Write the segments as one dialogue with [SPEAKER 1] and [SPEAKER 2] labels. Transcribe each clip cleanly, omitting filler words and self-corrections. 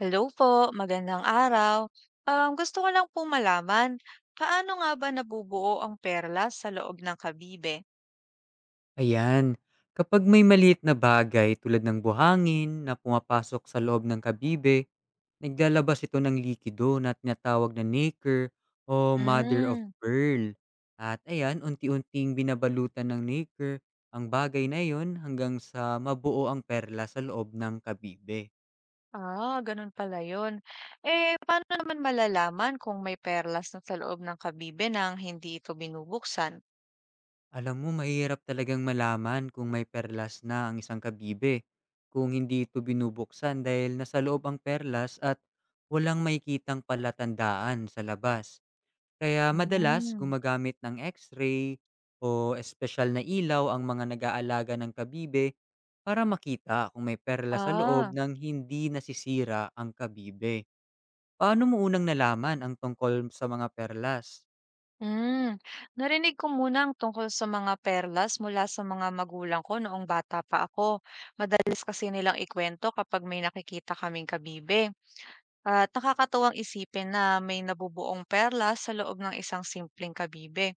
[SPEAKER 1] Hello po, magandang araw. Gusto ko lang po malaman, paano nga ba nabubuo ang perlas sa loob ng kabibe?
[SPEAKER 2] Ayan. Kapag may maliit na bagay tulad ng buhangin na pumapasok sa loob ng kabibe, naglalabas ito ng likido na tinatawag na nacre o mother of
[SPEAKER 1] Hmm,
[SPEAKER 2] pearl. At ayan, unti-unting binabalutan ng nacre ang bagay na iyon hanggang sa mabuo ang perla sa loob ng kabibe.
[SPEAKER 1] ah, ganun pala yun. Eh, paano naman malalaman kung may perlas na sa loob ng kabibe nang hindi ito binubuksan?
[SPEAKER 2] Alam mo, mahirap talagang malaman kung may perlas na ang isang kabibe kung hindi ito binubuksan dahil nasa loob ang perlas at walang makikitang palatandaan sa labas. Kaya madalas
[SPEAKER 1] Hmm,
[SPEAKER 2] gumagamit ng x-ray o espesyal na ilaw ang mga nag-aalaga ng kabibe para makita kung may perlas sa loob
[SPEAKER 1] ah,
[SPEAKER 2] nang hindi nasisira ang kabibe. Paano mo unang nalaman ang tungkol sa mga perlas?
[SPEAKER 1] hmm. Narinig ko muna ang tungkol sa mga perlas mula sa mga magulang ko noong bata pa ako. Madalas kasi nilang ikwento kapag may nakikita kaming kabibe. At nakakatuwang isipin na may nabubuong perlas sa loob ng isang simpleng kabibe.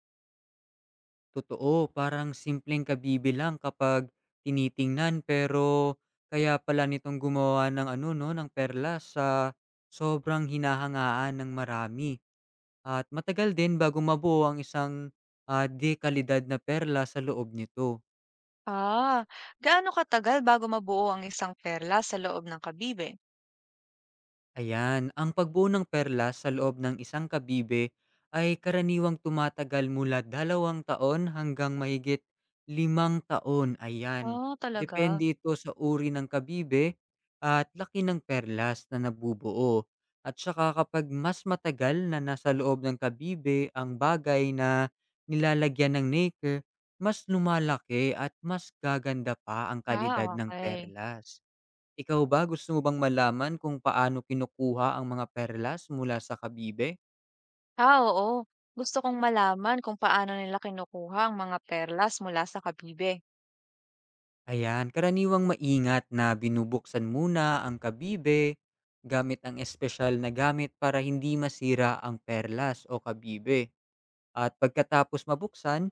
[SPEAKER 2] Totoo, parang simpleng kabibi kapag tinitingnan, pero kaya pala nitong gumawa ng ano 'no, ng perlas sa sobrang hinahangaan ng marami, at matagal din bago mabuo ang isang, de kalidad na perla sa loob nito.
[SPEAKER 1] Ah, gaano katagal bago mabuo ang isang perlas sa loob ng kabibe?
[SPEAKER 2] Ayan, ang pagbuo ng perlas sa loob ng isang kabibe ay karaniwang tumatagal mula 2 taon hanggang mahigit 5 taon. Ayan,
[SPEAKER 1] Oh, talaga.
[SPEAKER 2] depende ito sa uri ng kabibe at laki ng perlas na nabubuo. At saka, kapag mas matagal na nasa loob ng kabibe ang bagay na nilalagyan ng nacre, mas lumalaki at mas gaganda pa ang kalidad
[SPEAKER 1] Ah,
[SPEAKER 2] ng
[SPEAKER 1] okay.
[SPEAKER 2] perlas. Ikaw ba, gusto mo bang malaman kung paano kinukuha ang mga perlas mula sa kabibe?
[SPEAKER 1] Ah, oo. Gusto kong malaman kung paano nila kinukuha ang mga perlas mula sa kabibe.
[SPEAKER 2] Ayan, karaniwang maingat na binubuksan muna ang kabibe gamit ang espesyal na gamit para hindi masira ang perlas o kabibe. At pagkatapos mabuksan,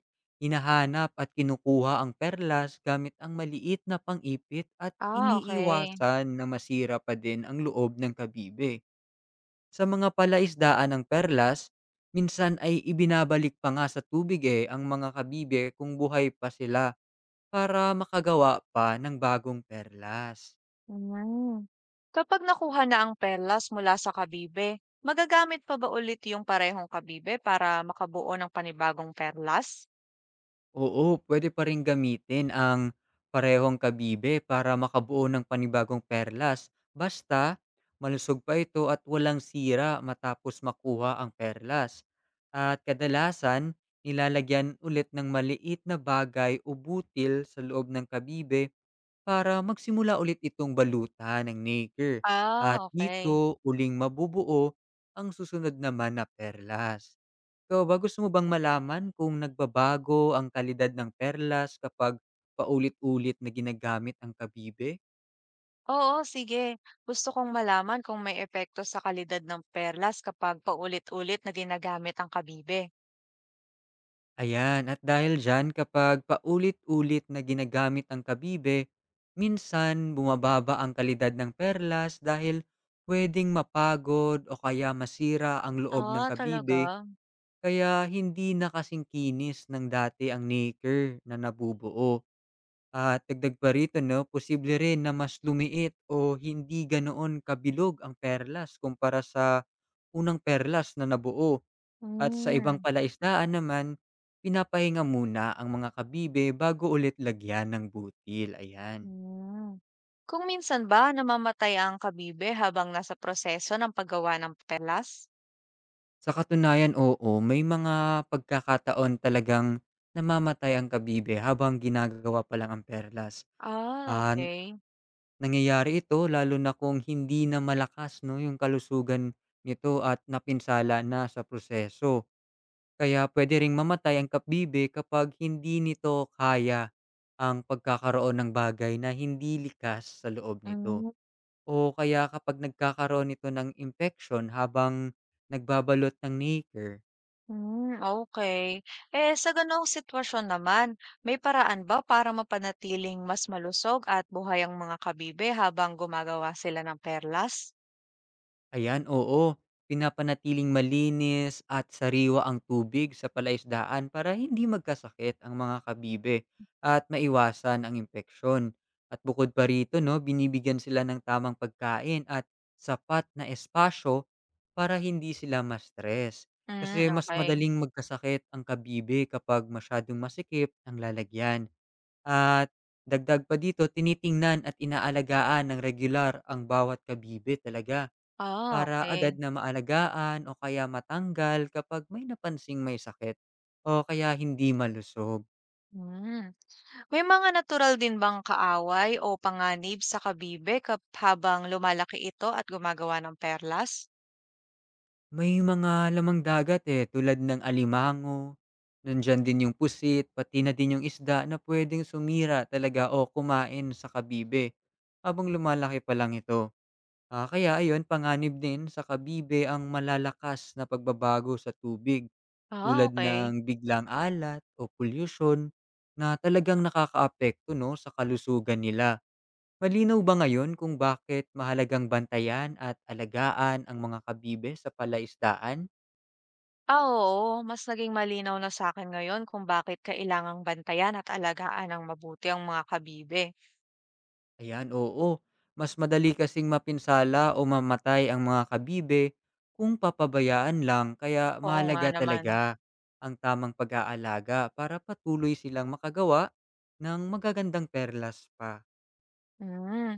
[SPEAKER 2] hinahanap at kinukuha ang perlas gamit ang maliit na pangipit, at
[SPEAKER 1] Ah, okay.
[SPEAKER 2] iniiwasan na masira pa din ang loob ng kabibe. Sa mga palaisdaan ng perlas, minsan ay ibinabalik pa nga sa tubig eh ang mga kabibe kung buhay pa sila, para makagawa pa ng bagong perlas.
[SPEAKER 1] Mm. Kapag nakuha na ang perlas mula sa kabibe, magagamit pa ba ulit yung parehong kabibe para makabuo ng panibagong perlas?
[SPEAKER 2] Oo, pwede pa rin gamitin ang parehong kabibe para makabuo ng panibagong perlas, basta malusog pa ito at walang sira matapos makuha ang perlas. At kadalasan, nilalagyan ulit ng maliit na bagay o butil sa loob ng kabibe para magsimula ulit itong balutan ng nacre, at
[SPEAKER 1] Ah, okay.
[SPEAKER 2] dito uling mabubuo ang susunod naman na perlas. Ikaw ba, gusto mo bang malaman kung nagbabago ang kalidad ng perlas kapag paulit-ulit na ginagamit ang kabibe?
[SPEAKER 1] Oo, sige. Gusto kong malaman kung may epekto sa kalidad ng perlas kapag paulit-ulit na ginagamit ang kabibe.
[SPEAKER 2] Ayan, at dahil dyan, kapag paulit-ulit na ginagamit ang kabibe, minsan bumababa ang kalidad ng perlas dahil pwedeng mapagod o kaya masira ang loob ng
[SPEAKER 1] Ah,
[SPEAKER 2] kabibe.
[SPEAKER 1] talaga?
[SPEAKER 2] Kaya hindi na kasing kinis ng dati ang nacre na nabubuo. At dagdag pa rito 'no, posible rin na mas lumiit o hindi ganoon kabilog ang perlas kumpara sa unang perlas na nabuo. At sa ibang
[SPEAKER 1] Hmm.
[SPEAKER 2] palaisdaan naman, pinapahinga muna ang mga kabibe bago ulit lagyan ng butil, ayan.
[SPEAKER 1] Hmm. Kung minsan ba namamatay ang kabibe habang nasa proseso ng paggawa ng perlas?
[SPEAKER 2] Sa katunayan, oo, may mga pagkakataon talagang namamatay ang kabibe habang ginagawa pa lang ang perlas.
[SPEAKER 1] Ah,
[SPEAKER 2] Ah
[SPEAKER 1] okay.
[SPEAKER 2] Nangyayari ito lalo na kung hindi na malakas 'no, yung kalusugan nito at napinsala na sa proseso. Kaya pwede ring mamatay ang kapbibe kapag hindi nito kaya ang pagkakaroon ng bagay na hindi likas sa loob nito,
[SPEAKER 1] Hmm.
[SPEAKER 2] o kaya kapag nagkakaroon nito ng infection habang nagbabalot ng nacre.
[SPEAKER 1] Hmm, okay. Eh, sa ganoong sitwasyon naman, may paraan ba para mapanatiling mas malusog at buhay ang mga kabibe habang gumagawa sila ng perlas?
[SPEAKER 2] Ayan, oo. Pinapanatiling malinis at sariwa ang tubig sa palaisdaan para hindi magkasakit ang mga kabibe at maiwasan ang impeksyon. At bukod pa rito, no, binibigyan sila ng tamang pagkain at sapat na espasyo para hindi sila ma-stress. Kasi
[SPEAKER 1] Hmm,
[SPEAKER 2] mas
[SPEAKER 1] okay.
[SPEAKER 2] madaling magkasakit ang kabibe kapag masyadong masikip ang lalagyan. At dagdag pa dito, tinitingnan at inaalagaan ng regular ang bawat kabibe talaga,
[SPEAKER 1] Ah,
[SPEAKER 2] para agad
[SPEAKER 1] okay.
[SPEAKER 2] na maalagaan o kaya matanggal kapag may napansing may sakit o kaya hindi malusog.
[SPEAKER 1] Hmm. May mga natural din bang kaaway o panganib sa kabibe kap habang lumalaki ito at gumagawa ng perlas?
[SPEAKER 2] May mga lamang dagat eh, tulad ng alimango, nandiyan din yung pusit, pati na din yung isda na pwedeng sumira talaga o kumain sa kabibe habang lumalaki pa lang ito. Ah, kaya ayun, panganib din sa kabibe ang malalakas na pagbabago sa tubig,
[SPEAKER 1] Ah,
[SPEAKER 2] tulad
[SPEAKER 1] okay.
[SPEAKER 2] ng biglang alat o pollution na talagang nakakaapekto 'no, sa kalusugan nila. Malinaw ba ngayon kung bakit mahalagang bantayan at alagaan ang mga kabibe sa palaisdaan?
[SPEAKER 1] Ah, oo. Mas naging malinaw na sa akin ngayon kung bakit kailangang bantayan at alagaan ng mabuti ang mga kabibe.
[SPEAKER 2] Ayan, oo. Mas madali kasing mapinsala o mamatay ang mga kabibe kung papabayaan lang, kaya
[SPEAKER 1] Oo nga
[SPEAKER 2] mahalaga
[SPEAKER 1] naman.
[SPEAKER 2] talaga ang tamang pag-aalaga para patuloy silang makagawa ng magagandang perlas pa.
[SPEAKER 1] Hmm.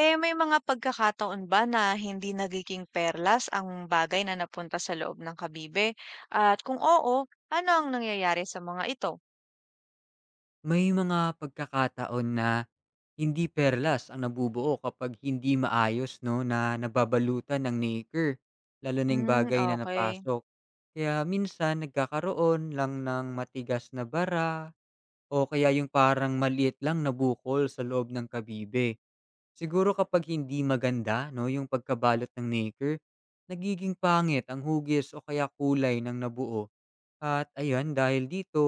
[SPEAKER 1] Eh, may mga pagkakataon ba na hindi nagiging perlas ang bagay na napunta sa loob ng kabibe at kung oo, ano ang nangyayari sa mga ito?
[SPEAKER 2] May mga pagkakataon na hindi perlas ang nabubuo kapag hindi maayos 'no, na nababalutan ng nacre, lalo na yung
[SPEAKER 1] Hmm,
[SPEAKER 2] bagay na
[SPEAKER 1] okay.
[SPEAKER 2] napasok. Kaya minsan nagkakaroon lang ng matigas na bara o kaya yung parang maliit lang na bukol sa loob ng kabibe. Siguro kapag hindi maganda 'no, yung pagkabalot ng nacre, nagiging pangit ang hugis o kaya kulay ng nabuo, at ayan, dahil dito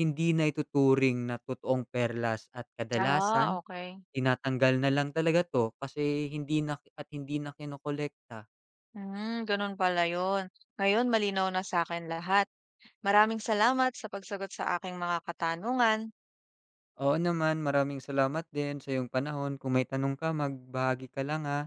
[SPEAKER 2] hindi na ituturing na totoong perlas, at kadalasan
[SPEAKER 1] Ah, okay.
[SPEAKER 2] tinatanggal na lang talaga 'to kasi hindi na at hindi na kinokolekta.
[SPEAKER 1] Hmm, gano'n pala 'yun. Ngayon malinaw na sa akin lahat. Maraming salamat sa pagsagot sa aking mga katanungan.
[SPEAKER 2] Oo naman, maraming salamat din sa iyong panahon. Kung may tanong ka, magbahagi ka lang, ha.